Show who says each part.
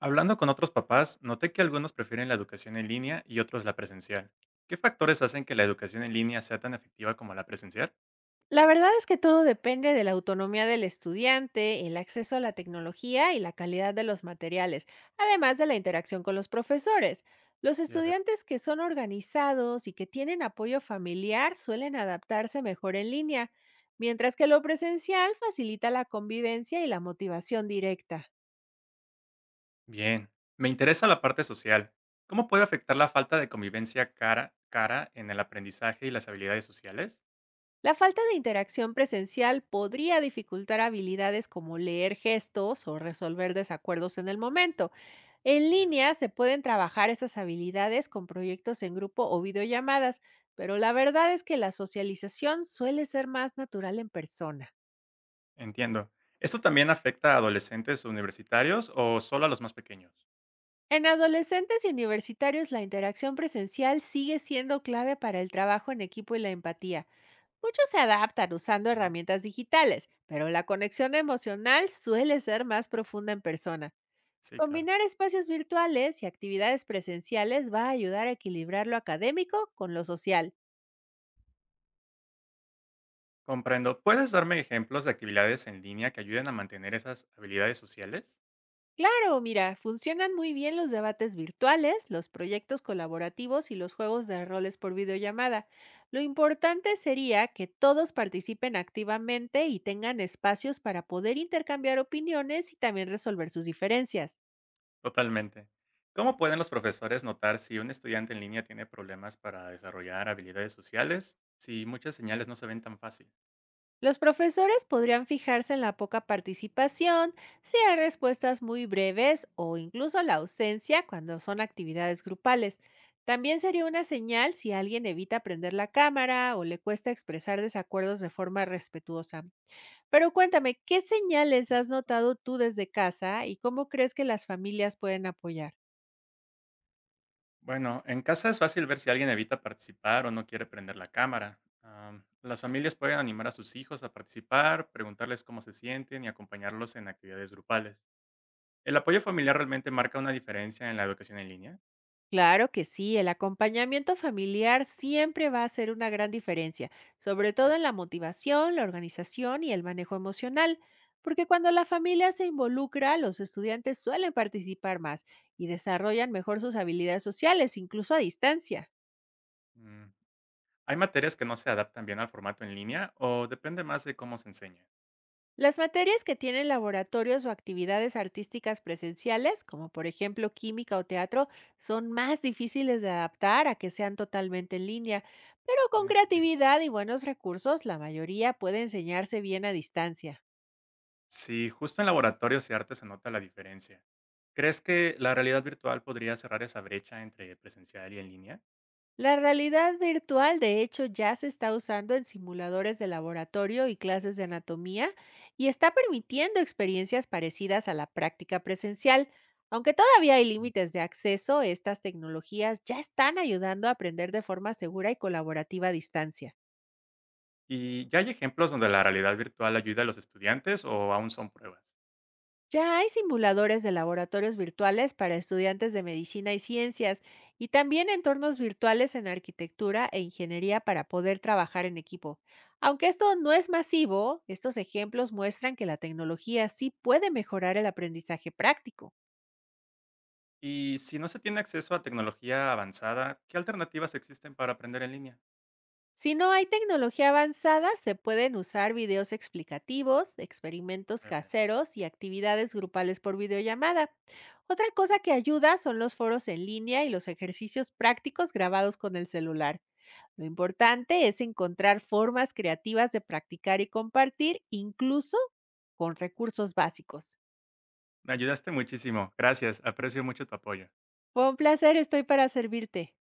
Speaker 1: Hablando con otros papás, noté que algunos prefieren la educación en línea y otros la presencial. ¿Qué factores hacen que la educación en línea sea tan efectiva como la presencial?
Speaker 2: La verdad es que todo depende de la autonomía del estudiante, el acceso a la tecnología y la calidad de los materiales, además de la interacción con los profesores. Los
Speaker 1: Ya veo.
Speaker 2: estudiantes que son organizados y que tienen apoyo familiar suelen adaptarse mejor en línea, mientras que lo presencial facilita la convivencia y la motivación directa.
Speaker 1: Bien. Me interesa la parte social. ¿Cómo puede afectar la falta de convivencia cara a cara en el aprendizaje y las habilidades sociales?
Speaker 2: La falta de interacción presencial podría dificultar habilidades como leer gestos o resolver desacuerdos en el momento. En
Speaker 1: Ya.
Speaker 2: línea se pueden trabajar estas habilidades con proyectos en grupo o videollamadas, pero la verdad es que la socialización suele ser más natural en persona.
Speaker 1: Entiendo. ¿Esto también afecta a adolescentes o universitarios o solo a los más pequeños?
Speaker 2: En adolescentes y universitarios la interacción presencial sigue siendo clave para el trabajo en equipo y la empatía. Muchos se adaptan usando
Speaker 1: Ok.
Speaker 2: herramientas digitales, pero la conexión emocional suele ser más profunda en persona.
Speaker 1: Sí, claro.
Speaker 2: Combinar espacios virtuales y actividades presenciales va a ayudar a equilibrar lo académico con lo social.
Speaker 1: Comprendo. ¿Puedes darme ejemplos de actividades en línea que ayuden a mantener esas habilidades sociales?
Speaker 2: Claro, mira, funcionan muy bien los debates virtuales, los proyectos colaborativos y los juegos de roles por videollamada. Lo importante sería que todos participen activamente y tengan espacios para poder intercambiar opiniones y también resolver sus diferencias.
Speaker 1: Totalmente. ¿Cómo pueden los profesores notar si un estudiante en línea tiene problemas para desarrollar habilidades sociales? Si muchas señales no se ven tan fácil.
Speaker 2: Los profesores podrían fijarse en la poca participación, si hay respuestas muy breves o incluso la ausencia cuando son actividades grupales. También sería una señal si alguien evita prender la cámara o le cuesta expresar desacuerdos de forma respetuosa. Pero cuéntame, ¿qué señales has notado tú desde casa y cómo crees que las familias pueden apoyar?
Speaker 1: Bueno, en casa es fácil ver si alguien evita participar o no quiere prender la cámara. Las familias pueden animar a sus hijos a participar, preguntarles cómo se sienten y acompañarlos en actividades grupales. ¿El apoyo familiar realmente marca una diferencia en la educación en línea?
Speaker 2: Claro que sí, el acompañamiento familiar siempre va a hacer una gran diferencia, sobre
Speaker 1: Yo-
Speaker 2: todo en la motivación, la organización y el manejo emocional, porque cuando la familia se involucra, los estudiantes suelen participar más y desarrollan mejor sus habilidades sociales, incluso a distancia.
Speaker 1: Mm, ¿hay materias que no se adaptan bien al formato en línea o depende más de cómo se enseña?
Speaker 2: Las materias que tienen laboratorios o actividades artísticas presenciales, como por ejemplo química o teatro, son más difíciles de adaptar a que sean totalmente en línea, pero con
Speaker 1: Tiene sentido.
Speaker 2: creatividad y buenos recursos la mayoría puede enseñarse bien a distancia.
Speaker 1: Sí, justo en laboratorios y arte se nota la diferencia. ¿Crees que la realidad virtual podría cerrar esa brecha entre presencial y en línea?
Speaker 2: La realidad virtual, de hecho, ya se está usando en simuladores de laboratorio y clases de anatomía, y está permitiendo experiencias parecidas a la práctica presencial. Aunque todavía hay límites de acceso, estas tecnologías ya están ayudando a aprender de forma segura y colaborativa a distancia.
Speaker 1: ¿Y ya hay ejemplos donde la realidad virtual ayuda a los estudiantes o aún son pruebas?
Speaker 2: Ya hay simuladores de laboratorios virtuales para estudiantes de medicina y ciencias, y también entornos virtuales en arquitectura e ingeniería para poder trabajar en equipo. Aunque esto no es masivo, estos ejemplos muestran que la tecnología sí puede mejorar el aprendizaje práctico.
Speaker 1: Y si no se tiene acceso a tecnología avanzada, ¿qué alternativas existen para aprender en línea?
Speaker 2: Si no hay tecnología avanzada, se pueden usar videos explicativos, experimentos
Speaker 1: Ya veo,
Speaker 2: caseros y actividades grupales por videollamada. Otra
Speaker 1: sí.
Speaker 2: cosa que ayuda son los foros en línea y los ejercicios prácticos grabados con el celular. Lo importante es encontrar formas creativas de practicar y compartir, incluso con recursos básicos.
Speaker 1: Me ayudaste muchísimo. Gracias. Aprecio mucho tu apoyo.
Speaker 2: Fue un placer, estoy para servirte.